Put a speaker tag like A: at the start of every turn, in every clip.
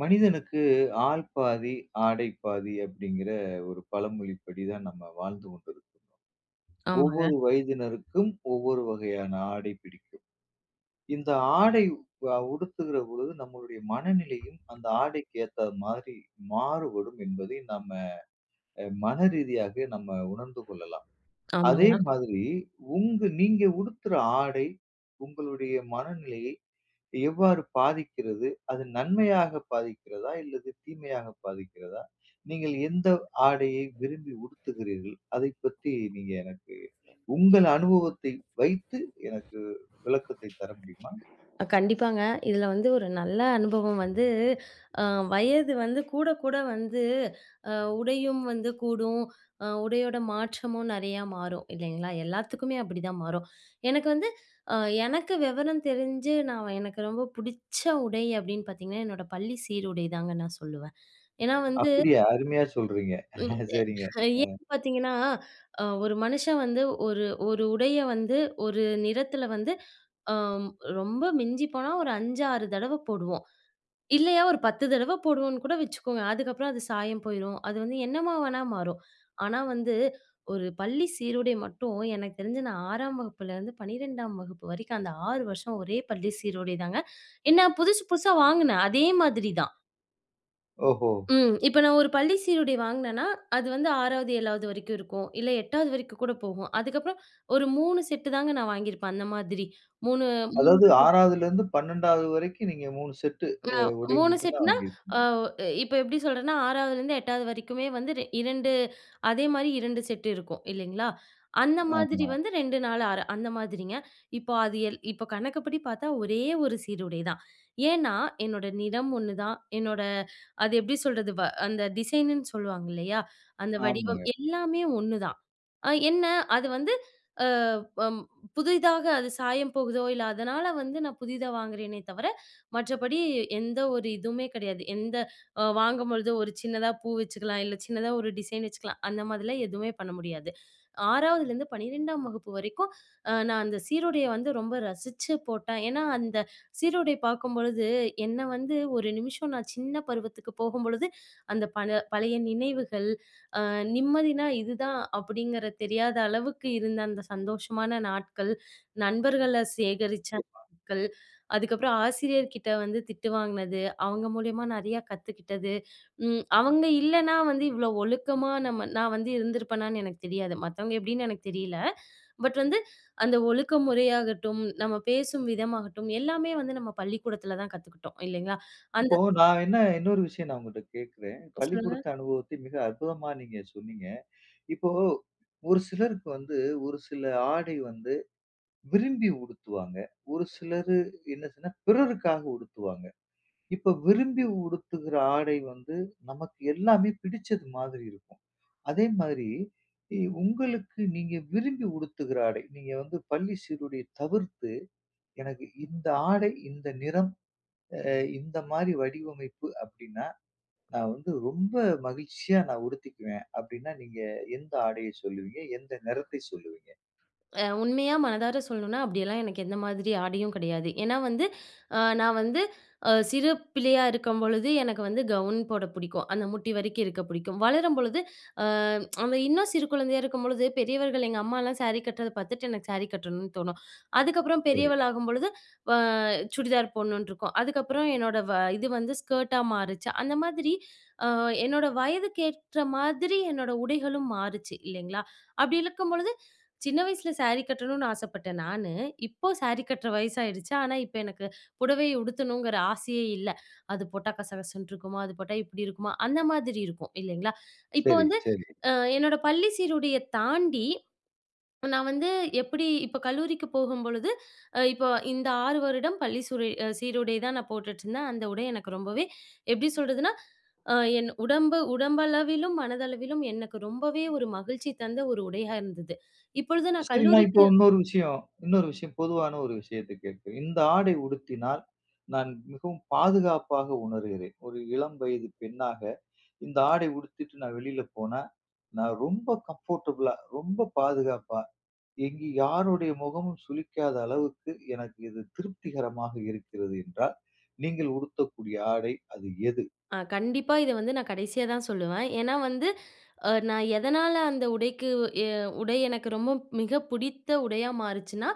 A: மனிதனுக்கு ஆள் பாதி, ஆடை பாதி அப்படிங்கிற ஒரு பழமொழிப்படி தான் நம்ம வாழ்ந்து கொண்டிருக்கிறோம்.
B: ஆமாங்க,
A: ஒவ்வொரு வயதினருக்கும் ஒவ்வொரு வகையான ஆடை பிடிக்கும். இந்த ஆடை உடுத்துகிற பொழுது நம்மளுடைய மனநிலையும் அந்த ஆடைக்கு ஏத்த மாதிரி மாறுபடும் என்பதை நம்ம மனரீதியாக நம்ம உணர்ந்து கொள்ளலாம். அதே
B: ஆமாங்க.
A: மாதிரி நீங்க உடுத்துற ஆடை உங்களுடைய மனநிலையை எவ்வாறு பாதிக்கிறது? அது நன்மையாக பாதிக்கிறதா? இல்லது தீமையாக பாதிக்கிறதா? நீங்கள் எந்த ஆடையை விரும்பி உடுத்துகிறீர்கள்? அதைப் பற்றி நீங்க எனக்கு உங்கள் அனுபவத்தை வைத்து எனக்கு விளக்கத்தை தர முடியுமா?
B: கண்டிப்பாங்க. இதுல வந்து ஒரு நல்ல அனுபவம் வந்து அ வயது வந்து கூட கூட வந்து அ உடையும் வந்து கூடும். உடையோட மாற்றமும் நெறையா மாறும் இல்லைங்களா? எல்லாத்துக்குமே அப்படிதான் மாறும். எனக்கு வந்து அ எனக்கு விவரம் தெரிஞ்சு நான் எனக்கு ரொம்ப புடிச்ச உடை அப்படின்னு பார்த்தீங்கன்னா, என்னோட பள்ளி சீருடை தாங்க நான் சொல்லுவேன். ஏன்னா வந்து
A: அப்படியா? அருமையா சொல்றீங்க.
B: ம்.
A: சரிங்க.
B: ஏன் பார்த்தீங்கன்னா, ஒரு மனுஷன் வந்து ஒரு ஒரு உடைய வந்து ஒரு நிறத்துல வந்து அம் ரொம்ப மிஞ்சி போனா ஒரு 5, 6 தடவ போடுவோம். இல்லையா ஒரு 10 தடவ போடுவோம்ன்னு கூட வச்சுக்கோங்க. அதுக்கப்புறம் அது சாயம் போயிரும். அது வந்து என்னமா வேணா மாறும். ஆனா வந்து ஒரு பள்ளி சீருடை மட்டும் எனக்கு தெரிஞ்சு நான் 6ஆம் வகுப்புலேருந்து 12ஆம் வகுப்பு வரைக்கும் அந்த 6 வருஷம் ஒரே பள்ளி சீருடை தாங்க. ஏன்னா புதுசு புதுசா வாங்குனேன். அதே மாதிரி தான்.
A: ஓஹோ!
B: ம். இப்ப நான் ஒரு பள்ளி சீருடை வாங்குனேன்னா, அது வந்து 6வது, 7வது வரைக்கும் இருக்கும். இல்ல 8வது வரைக்கும் கூட போகும். அதுக்கப்புறம் ஒரு 3 செட்டு தாங்க நான் வாங்கியிருப்பேன் அந்த மாதிரி. 3, 3
A: அதாவது 6வதுலருந்து 12வது வரைக்கும் நீங்க 3 செட்டு அ உடை
B: 3
A: மட்டும் தான்
B: செட்னா,
A: வாங்கியிருக்கீங்க.
B: அ இப்ப எப்படி சொல்றேன்னா, 6வதுலருந்து 8வது வரைக்குமே வந்து 2 அதே மாரி 2 செட் இருக்கும் இல்லைங்களா? அந்த மாதிரி
A: ஆமா.
B: வந்து 2 நாள் 6 அந்த மாதிரிங்க. இப்போ அது இப்போ கணக்குப்படி பார்த்தா ஒரே ஒரு சீருடை தான். ஏன்னா, என்னோட நிறம் ஒண்ணு தான். என்னோட அது எப்படி சொல்றது? அந்த டிசைனுன்னு சொல்லுவாங்க இல்லையா? அந்த வடிவம்
A: ஆமாங்க.
B: எல்லாமே ஒண்ணுதான். என்ன, அது வந்து அ அம் புதிதாக அது சாயம் போகுதோ, இல்ல அதனால வந்து நான் புதிதா வாங்குறேனே தவிர, மற்றபடி எந்த ஒரு இதுவுமே கிடையாது. எந்த வாங்கும்பொழுது ஒரு சின்னதா பூ வச்சுக்கலாம், இல்ல சின்னதா ஒரு டிசைன் வச்சுக்கலாம். அந்த மாதிரிலாம் எதுவுமே பண்ண முடியாது. 6வதுலேருந்து 12ஆம் வகுப்பு வரைக்கும் நான் அந்த சீருடைய வந்து ரொம்ப ரசிச்சு போட்டேன். ஏன்னா, அந்த சீருடை பார்க்கும்பொழுது, என்ன வந்து ஒரு நிமிஷம் நான் சின்ன பருவத்துக்கு போகும்பொழுது, அந்த பல பழைய நினைவுகள், நிம்மதினா இதுதான் அப்படிங்கிற தெரியாத அளவுக்கு இருந்த அந்த சந்தோஷமான நாட்கள், நண்பர்கள சேகரிச்ச நாட்கள், அதுக்கப்புறம் ஆசிரியர்கிட்ட வந்து திட்டு வாங்குனது, அவங்க மூலியமா நெறையா கத்துக்கிட்டது. அவங்க இல்லன்னா வந்து இவ்ளோ ஒழுக்கமா நான் வந்து இருந்திருப்பேனான்னு எனக்கு தெரியாது. மத்தவங்க எப்படின்னு எனக்கு தெரியல. பட் வந்து அந்த ஒழுக்க முறையாகட்டும், நம்ம பேசும் விதமாகட்டும் எல்லாமே வந்து நம்ம பள்ளிக்கூடத்துல தான் கத்துக்கிட்டோம் இல்லைங்களா? அந்த
A: இப்போ நான் என்ன இன்னொரு விஷயம் நான் உங்கள்ட்ட கேட்கிறேன்.
B: சொல்லுங்க.
A: பள்ளிக்கூடத்து அனுபவத்தை மிக அற்புதமா நீங்க சொன்னீங்க. இப்போ ஒரு சிலருக்கு வந்து ஒரு சில ஆடை வந்து விரும்பி உடுத்துவாங்க. ஒரு சிலரு என்ன சொன்னா பிறருக்காக உடுத்துவாங்க. இப்ப விரும்பி உடுத்துகிற ஆடை வந்து நமக்கு எல்லாமே பிடிச்சது மாதிரி இருக்கும். அதே மாதிரி உங்களுக்கு நீங்க விரும்பி உடுத்துகிற ஆடை, நீங்க வந்து பள்ளி சீருடைய தவிர்த்து எனக்கு இந்த ஆடை, இந்த நிறம், அ இந்த மாரி வடிவமைப்பு அப்டின்னா நான் வந்து ரொம்ப மகிழ்ச்சியா நான் உடுத்திக்குவேன் அப்படின்னா, நீங்க எந்த ஆடைய சொல்லுவீங்க? எந்த நிறத்தை சொல்லுவீங்க?
B: உண்மையா மனதார சொல்லணும்னா, அப்படியெல்லாம் எனக்கு எந்த மாதிரி ஆடையும் கிடையாது. ஏன்னா வந்து, நான் வந்து சிறு பிள்ளையா இருக்கும்பொழுது எனக்கு வந்து கவுன் போட பிடிக்கும். அந்த முட்டி வரைக்கும் இருக்க பிடிக்கும். வளரும் பொழுது அ அந்த இன்னும் சிறு குழந்தையா இருக்கும்பொழுது, பெரியவர்கள் எங்க அம்மாலாம் சாரி கட்டுறத பார்த்துட்டு எனக்கு சாரி கட்டணும்னு தோணும். அதுக்கப்புறம்
A: சரி,
B: பெரியவள் ஆகும்பொழுது அ சுடிதார் போடணும்னு இருக்கும். அதுக்கப்புறம் என்னோட இது வந்து ஸ்கர்ட்டா மாறுச்சு. அந்த மாதிரி என்னோட வயதுக்கேற்ற மாதிரி என்னோட உடைகளும் மாறுச்சு இல்லைங்களா? அப்படி இருக்கும் பொழுது, சின்ன வயசுல சாரி கட்டணும்னு ஆசைப்பட்டேன் நானு. இப்போ சாரி கட்டுற வயசாயிடுச்சு. ஆனா, இப்ப எனக்கு புடவை உடுத்தணுங்கிற ஆசையே இல்ல. அது போட்டா கசகசன்னு இருக்குமா? அது போட்டா இப்படி இருக்குமா? அந்த மாதிரி இருக்கும் இல்லைங்களா? இப்போ வந்து
A: சரி,
B: என்னோட பள்ளி சீருடைய தாண்டி நான் வந்து எப்படி இப்ப கல்லூரிக்கு போகும்பொழுது, இப்போ இந்த 6 வருடம் பள்ளி சூரை அ சீருடை தான் நான் போட்டுட்ருந்தேன். அந்த உடை எனக்கு ரொம்பவே எப்படி சொல்றதுன்னா, என் உடம்பளவிலும், மனதளவிலும் எனக்கு ரொம்பவே ஒரு மகிழ்ச்சி தந்த ஒரு உடையா இருந்தது. இப்பொழுது நான்
A: சரி, நான் இப்போ
B: கல்லூரிக்கு
A: இன்னொரு விஷயம் இன்னொரு விஷயம் பொதுவான ஒரு விஷயத்த கேட்கிறேன். இந்த ஆடை உடுத்தினால் நான் மிகவும் பாதுகாப்பாக உணர்கிறேன். ஒரு இளம் வயது பெண்ணாக இந்த ஆடை உடுத்திட்டு நான் வெளியில போனா, நான் ரொம்ப கம்ஃபோர்டபுளா, ரொம்ப பாதுகாப்பா எங்கு யாருடைய முகமும் சுளிக்காத அளவுக்கு எனக்கு இது திருப்திகரமாக இருக்கிறது என்றால், நீங்கள் உடுத்தக்கூடிய ஆடை அது எது?
B: கண்டிப்பா இத வந்து நான் கடைசியா தான் சொல்லுவேன். ஏன்னா வந்து நான் எதனால அந்த உடைக்கு எ உடை எனக்கு ரொம்ப மிக பிடித்த உடையா மாறுச்சுன்னா,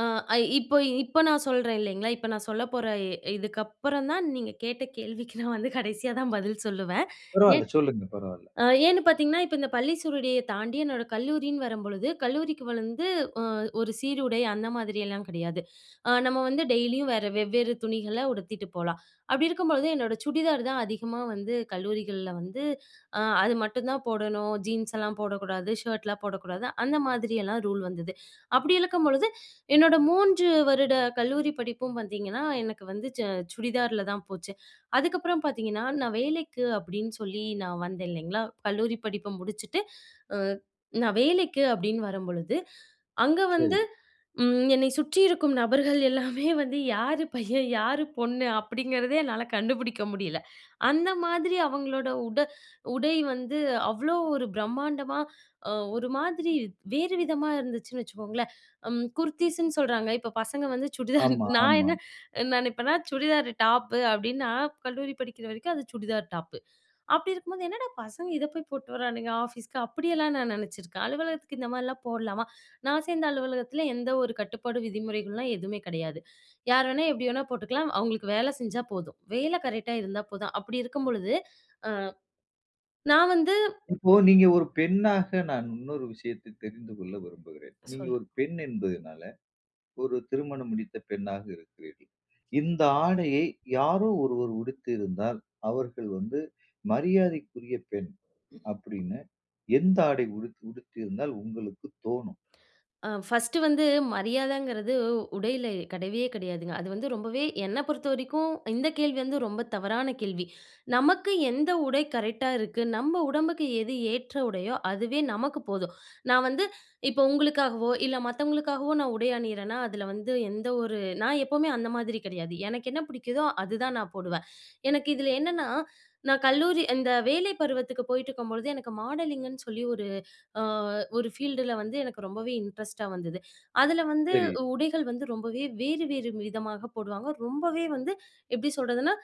B: அ இப்போ இப்போ நான் சொல்றேன் இல்லைங்களா? இப்போ நான் சொல்லப்போற இதுக்கப்புறம் தான் நீங்க கேட்ட கேள்விக்கு நான் வந்து கடைசியா தான் பதில் சொல்லுவேன்.
A: பரவால்ல. சொல்லுங்க. பரவால்ல.
B: ஏன்னு பார்த்தீங்கன்னா, இப்ப இந்த பள்ளி சூருடைய தாண்டி என்னோட கல்லூரின்னு வரும்பொழுது, கல்லூரிக்கு வந்து அ ஒரு சீருடை அந்த மாதிரியெல்லாம் கிடையாது. நம்ம வந்து டெய்லியும் வேற வெவ்வேறு துணிகள உடுத்திட்டு போலாம். அப்படி இருக்கும்பொழுது என்னோட சுடிதார் தான் அதிகமா வந்து கல்லூரிகள்ல வந்து அது மட்டும் தான் போடணும். ஜீன்ஸ் எல்லாம் போடக்கூடாது, ஷர்ட்லாம் போடக்கூடாது. அந்த மாதிரியெல்லாம் ரூல் வந்தது. அப்படி இருக்கும் பொழுது, என்னோட 3 வருட கல்லூரி படிப்பும் பார்த்தீங்கன்னா, எனக்கு வந்து சுடிதார்ல தான் போச்சு. அதுக்கப்புறம் பார்த்தீங்கன்னா, நான் வேலைக்கு அப்படின்னு சொல்லி நான் வந்தேன் இல்லைங்களா? கல்லூரி படிப்ப முடிச்சுட்டு, அ நான் வேலைக்கு அப்படின்னு வரும்பொழுது, அங்க வந்து
A: சரிங்க.
B: என்னை சுற்றி இருக்கும் நபர்கள் எல்லாமே வந்து யாரு பையன், யாரு பொண்ணு அப்படிங்கிறதே என்னால கண்டுபிடிக்க முடியல. அந்த மாதிரி அவங்களோட உடை வந்து அவ்வளோ ஒரு பிரம்மாண்டமா, அ ஒரு மாதிரி வேறு விதமா இருந்துச்சுன்னு வச்சுக்கோங்களேன். குர்தீஸ்ன்னு சொல்றாங்க. இப்ப பசங்க வந்து சுடிதார்
A: ஆமா,
B: நான்
A: ஆமா.
B: என்ன நான் இப்பனா சுடிதார் டாப்பு அப்டின்னா, கல்லூரி படிக்கிற வரைக்கும் அது சுடிதார் டாப்பு. அப்டி இருக்கும்போது என்னடா பசங்க இத போய் போட்டு வரானுங்க ஆஃபீஸ்க்கு அப்படியெல்லாம் நான் நெனச்சிருக்கேன். அலுவலகத்துக்கு இந்த மாரிலாம் போடலாமா? நான் சேர்ந்த அலுவலகத்துல எந்த ஒரு கட்டுப்பாடு விதிமுறைகள்லாம் எதுவுமே கிடையாது. யார் வேணா எப்டி வேணா போட்டுக்கலாம். அவங்களுக்கு வேல செஞ்சா போதும். வேல கரெக்ட்டா இருந்தா போதும். அப்படி இருக்கும் பொழுது, அ நான் வந்து
A: இப்போ நீங்க ஒரு பெண்ணாக நான் இன்னொரு விஷயத்தை தெரிந்து கொள்ள விரும்புகிறேன். நீங்க
B: சொல்
A: ஒரு பெண் என்பதனால, ஒரு திருமணம் முடித்த பெண்ணாக இருக்கிறீர்கள். இந்த ஆடையை யாரோ ஒருவர் உடுத்தியிருந்தால், அவர்கள் வந்து மரியாதைக்குரிய பெண் அப்படின்னு எந்த ஆடை உடுத் உடுத்தியிருந்தால் உங்களுக்கு தோணும்?
B: ஃபர்ஸ்ட்டு வந்து மரியாதைங்கிறது உடையில கிடையவே கிடையாதுங்க. அது வந்து ரொம்பவே என்ன பொறுத்தவரைக்கும் இந்த கேள்வி வந்து ரொம்ப தவறான கேள்வி. நமக்கு எந்த உடை கரெக்ட்டா இருக்கு, நம்ம உடம்புக்கு எது ஏற்ற உடையோ அதுவே நமக்கு போதும். நான் வந்து இப்போ உங்களுக்காகவோ, இல்ல மத்தவங்களுக்காகவோ நான் உடை அணியிறேன்னா, அதுல வந்து எந்த ஒரு நான் எப்பவுமே அந்த மாதிரி கிடையாது. எனக்கு என்ன பிடிக்குதோ அதுதான் நான் போடுவேன். எனக்கு இதுல என்னன்னா, நான் கல்லூரி இந்த வேலை பருவத்துக்கு போயிட்டுருக்கும்பொழுது எனக்கு மாடலிங்குன்னு சொல்லி அ ஒரு ஃபீல்டுல வந்து எனக்கு ரொம்பவே இன்ட்ரெஸ்ட்டா வந்தது. அதுல வந்து
A: சரி.
B: உடைகள் வந்து ரொம்பவே வேறு வேறு விதமாக போடுவாங்க. ரொம்பவே வந்து எப்படி சொல்றதுன்னா,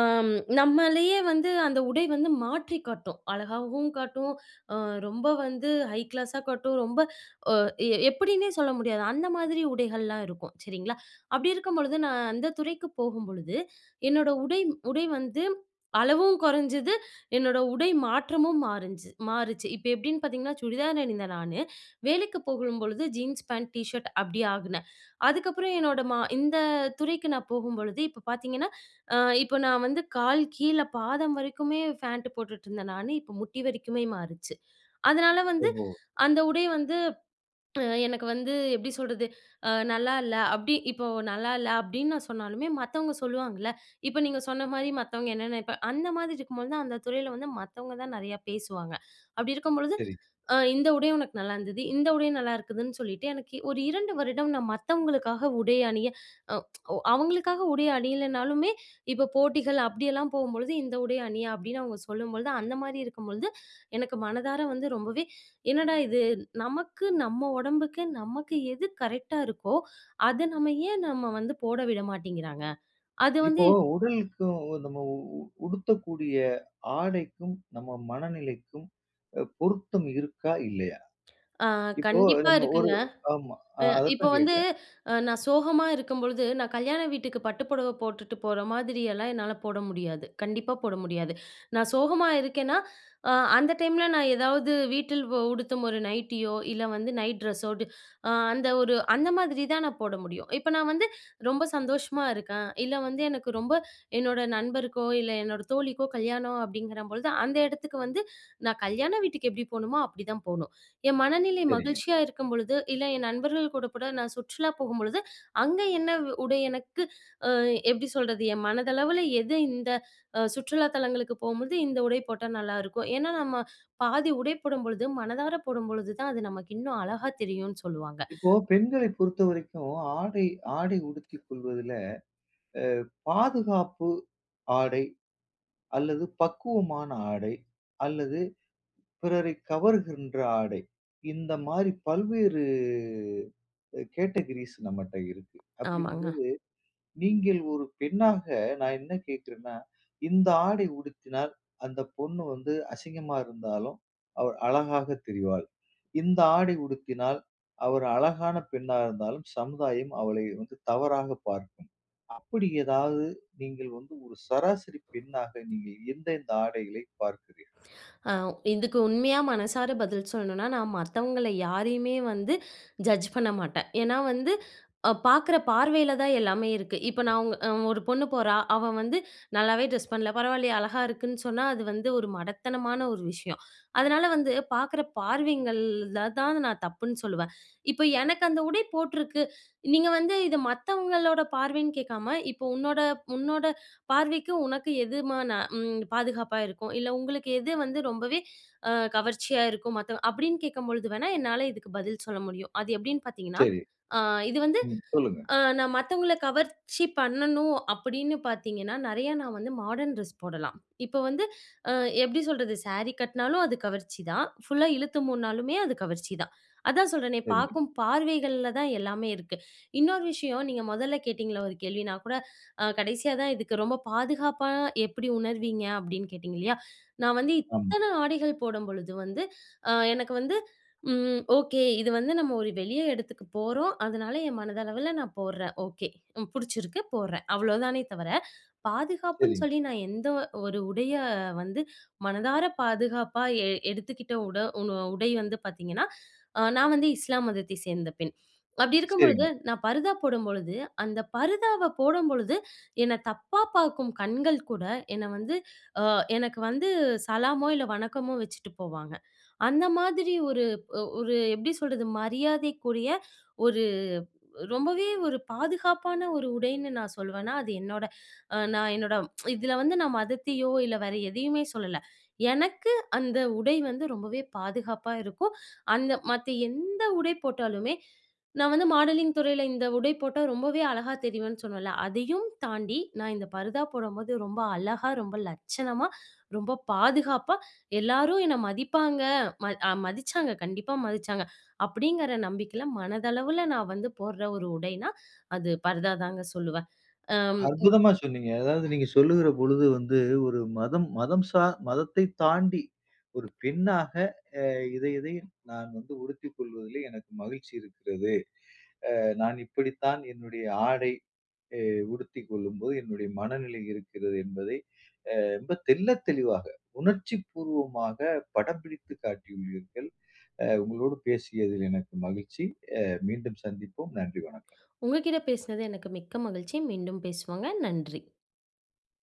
B: அம் நம்மளையே வந்து அந்த உடை வந்து மாற்றி காட்டும். அழகாவும் காட்டும், அ ரொம்ப வந்து ஹை கிளாஸா காட்டும். ரொம்ப அ எப்படின்னே சொல்ல முடியாது. அந்த மாதிரி உடைகள்லாம் இருக்கும். சரிங்களா? அப்படி இருக்கும் பொழுது, நான் அந்த துறைக்கு போகும்பொழுது, என்னோட உடை உடை வந்து அளவும் குறைஞ்சது. என்னோட உடை மாற்றமும் மாறுச்சு. இப்ப எப்படின்னு பார்த்தீங்கன்னா, சுடிதார் அணிந்த நானு, வேலைக்கு போகும்பொழுது ஜீன்ஸ் பேண்ட், டீ ஷர்ட் அப்படி ஆகுனேன். அதுக்கப்புறம் என்னோட இந்த துறைக்கு நான் போகும்பொழுது, இப்ப பார்த்தீங்கன்னா அ இப்போ நான் வந்து கால் கீழ பாதம் வரைக்குமே ஃபேண்ட் போட்டுட்டு இருந்த நானு, இப்போ முட்டி வரைக்குமே மாறுச்சு. அதனால வந்து
A: ஓஹோ!
B: அந்த உடை வந்து எனக்கு வந்து எப்படி சொல்றது? நல்லா இல்ல. அப்படி இப்போ நல்லா இல்ல அப்படின்னு நான் சொன்னாலுமே, மத்தவங்க சொல்லுவாங்கல்ல. இப்ப நீங்க சொன்ன மாரி மத்தவங்க என்ன நினைப்பா அந்த மாதிரி இருக்கும்போது தான், அந்த துறையில வந்து மத்தவங்க தான் நெறையா பேசுவாங்க. அப்படி இருக்கும்பொழுது,
A: சரி.
B: இந்த உடை உனக்கு நல்லா இருந்தது. இந்த உடை நல்லா இருக்குதுன்னு சொல்லிட்டு, எனக்கு ஒரு 2 வருடம் நான் மத்தவங்களுக்காக உடை அணிய அ அவங்களுக்காக உடை அணியலனாலுமே, இப்ப போட்டிகள் அப்படியெல்லாம் போகும்பொழுது, இந்த உடை அணிய அப்படின்னு அவங்க சொல்லும்பொழுது, அந்த மாரி இருக்கும்பொழுது, எனக்கு மனதார வந்து ரொம்பவே, என்னடா இது! நமக்கு, நம்ம உடம்புக்கு, நமக்கு எது கரெக்ட்டா இருக்கோ, அத நம்ம ஏன் நம்ம வந்து போட விட மாட்டேங்கிறாங்க? அது வந்து
A: இப்போ உடலுக்கும் நம்ம உ உ உடுத்தக்கூடிய ஆடைக்கும், நம்ம மனநிலைக்கும் பொருத்தம் இருக்கா? இல்லையா?
B: அ
A: இப்போ
B: கண்டிப்பா
A: நம்ம ஒரு
B: இருக்குங்க.
A: ஆமா.
B: அ இப்ப
A: அதத்தான்
B: வந்து
A: கேட்கிறேன்.
B: நான் சோகமா இருக்கும்பொழுது, நான் கல்யாண வீட்டுக்கு பட்டு புடவ போட்டுட்டு போற மாதிரி எல்லாம் என்னால போட முடியாது. கண்டிப்பா போட முடியாது. நான் சோகமா இருக்கேன்னா, அந்த டைம்ல நான் ஏதாவது வீட்டில் உடுத்தும் ஒரு நைட்டியோ, இல்ல வந்து நைட் ட்ரெஸ்ஸோடு அந்த ஒரு அந்த மாதிரி தான் நான் போட முடியும். இப்ப நான் வந்து ரொம்ப சந்தோஷமா இருக்கேன், இல்ல வந்து எனக்கு ரொம்ப என்னோட நண்பருக்கோ, இல்ல என்னோட தோழிக்கோ கல்யாணம் அப்படிங்கிற பொழுது, அந்த இடத்துக்கு வந்து நான் கல்யாண வீட்டுக்கு எப்படி போணுமோ, அப்படி தான் போணும். என் மனநிலை
A: சரிங்க.
B: மகிழ்ச்சியா இருக்கும் பொழுது, இல்ல என் நண்பர்கள் கூட கூட நான் சுற்றுலா போகும்பொழுது, அங்க என்ன உடை எனக்கு அ எப்படி சொல்றது? என் மனதளவுல எது இந்த சுற்றுலா தலங்களுக்கு போகும்போது இந்த உடை போட்டா நல்லாயிருக்கும். ஏன்னா நம்ம பாதி உடை போடும்பொழுது, மனதார போடும்பொழுது தான் அது நமக்கு இன்னும் அழகா தெரியும்னு சொல்லுவாங்க.
A: இப்போ பெண்களை பொறுத்தவரைக்கும் ஆடை ஆடை உடுத்திக் கொள்வதில அ பாதுகாப்பு ஆடை அல்லது பக்குவமான ஆடை அல்லது பிறரை கவர்கின்ற ஆடை, இந்த மாரி பல்வேறு கேட்டகரீஸ் நம்மட்ட இருக்கு. அப்படி
B: ஆமாங்க.
A: நீங்கள் ஒரு பெண்ணாக நான் என்ன கேட்கிறேன்னா, இந்த ஆடை உடுத்தினால் அந்த பொண்ணு வந்து அசிங்கமா இருந்தாலும், அவள் அழகாக தெரிவாள். இந்த ஆடை உடுத்தினால் அவர் அழகான பெண்ணா இருந்தாலும் சமுதாயம் அவளை வந்து தவறாக பார்க்கும். அப்படி ஏதாவது நீங்கள் வந்து ஒரு சராசரி பெண்ணாக நீங்கள் எந்தெந்த ஆடைகளை பார்க்கிறீர்கள்?
B: அ இதுக்கு உண்மையா மனசார பதில் சொல்லணும்னா, நான் மத்தவங்கள யாரையுமே வந்து ஜட்ஜ் பண்ண மாட்டேன். ஏன்னா வந்து பார்க்குற பார்வையில தான் எல்லாமே இருக்கு. இப்ப நான் உங்க ஒரு பொண்ணு போறா, அவ வந்து நல்லாவே ட்ரெஸ் பண்ணல. பரவாயில்லையே அழகா இருக்குன்னு சொன்னா, அது வந்து ஒரு மடத்தனமான ஒரு விஷயம். அதனால வந்து பார்க்குற பார்வைங்கள்ல தான் நான் தப்புன்னு சொல்லுவேன். இப்ப எனக்கு அந்த உடை போட்டிருக்கு. நீங்க வந்து இத மத்தவங்களோட பார்வைன்னு கேட்காம, இப்போ உன்னோட உன்னோட பார்வைக்கு உனக்கு எதுமா பாதுகாப்பா இருக்கும். இல்ல உங்களுக்கு எது வந்து ரொம்பவே கவர்ச்சியா இருக்கும் மத்த அப்படின்னு கேட்கும்பொழுது வேணா, என்னால இதுக்கு பதில் சொல்ல முடியும். அது எப்படின்னு பார்த்தீங்கன்னா,
A: சரி.
B: அ இது வந்து
A: ம். சொல்லுங்க.
B: நான் மத்தவங்கள கவர்ச்சி பண்ணணும் அப்படின்னு பார்த்தீங்கன்னா, நெறையா நான் வந்து மாடர்ன் ட்ரெஸ் போடலாம். இப்போ வந்து அ எப்படி சொல்றது? சாரி கட்டினாலும் அது கவர்ச்சி தான். ஃபுல்லா இழுத்து மூடுனாலுமே அது கவர்ச்சி தான். அதான் சொல்றேனே,
A: சரிங்க.
B: பார்க்கும் பார்வைகள்ல தான் எல்லாமே இருக்கு. இன்னொரு விஷயம், நீங்க முதல்ல கேட்டீங்கல்ல ஒரு கேள்வி, நான் கூட கடைசியா தான் இதுக்கு ரொம்ப பாதுகாப்பா எப்படி உணர்வீங்க? அப்படின்னு கேட்டீங்க இல்லையா? நான் வந்து
A: ஆமா.
B: இத்தன ஆடைகள் போடும்பொழுது வந்து, எனக்கு வந்து ம். ஓகே. இது வந்து நம்ம ஒரு வெளிய இடத்துக்கு போறோம். அதனால என் மனதளவுல நான் போடுறேன். ஓகே. புடிச்சிருக்கு போடுறேன். அவ்வளோதானே தவிர, பாதுகாப்புன்னு
A: சரிங்க.
B: சொல்லி நான் எந்த ஒரு உடைய வந்து மனதார பாதுகாப்பா எடுத்துக்கிட்ட உட உண உடை வந்து பார்த்தீங்கன்னா, நான் வந்து இஸ்லாம் மதத்தை சேர்ந்த பெண். அப்படி இருக்கும் பொழுது,
A: சரிங்க.
B: நான் பர்தா போடும்பொழுது, அந்த பர்தாவ போடும்பொழுது, என்ன தப்பா பார்க்கும் கண்கள் கூட என்ன வந்து அ எனக்கு வந்து சலாமோ, இல்ல வணக்கமோ வச்சுட்டு போவாங்க. அந்த மாதிரி ஒரு ஒரு எப்படி சொல்றது? மரியாதைக்குரிய ஒரு ரொம்பவே ஒரு பாதுகாப்பான ஒரு உடைன்னு நான் சொல்வேன்னா, அது என்னோட நான் என்னோட இதுல வந்து நான் மதத்தையோ, இல்ல வேற எதையுமே சொல்லல. எனக்கு அந்த உடை வந்து ரொம்பவே பாதுகாப்பா இருக்கும். அந்த மத்த எந்த உடை போட்டாலுமே, நான் வந்து மாடலிங் துறையில இந்த உடை போட்டா ரொம்பவே அழகா தெரிவேன்னு சொன்னேன்ல. அதையும் தாண்டி நான் இந்த பர்தா போடும்போது ரொம்ப அழகா, ரொம்ப லட்சணமா, ரொம்ப பாதுகாப்பா எல்லாரும் என்ன மதிப்பாங்க. மதிச்சாங்க. கண்டிப்பா மதிச்சாங்க. அப்படிங்கிற நம்பிக்கையில மனதளவுல நான் வந்து போடுற ஒரு உடைனா, அது பர்தா தாங்க சொல்லுவேன். அம்
A: அற்புதமா சொன்னீங்க. அதாவது நீங்க சொல்லுகிற பொழுது வந்து ஒரு மதம் மதம் சா மதத்தை தாண்டி ஒரு பெண்ணாக அ இதை இதை நான் வந்து உடுத்திக் கொள்வதிலே எனக்கு மகிழ்ச்சி இருக்கிறது. நான் இப்படித்தான் என்னுடைய ஆடை அ உடுத்திக் கொள்ளும்போது என்னுடைய மனநிலை இருக்கிறது என்பதை ரொம்ப தெள்ளத் தெளிவாக, உணர்ச்சி பூர்வமாக படம் பிடித்து காட்டியுள்ளீர்கள். உங்களோடு பேசியதில் எனக்கு மகிழ்ச்சி. அ மீண்டும் சந்திப்போம். நன்றி, வணக்கம்.
B: உங்ககிட்ட பேசினது எனக்கு மிக்க மகிழ்ச்சி. மீண்டும் பேசுவோங்க. நன்றி.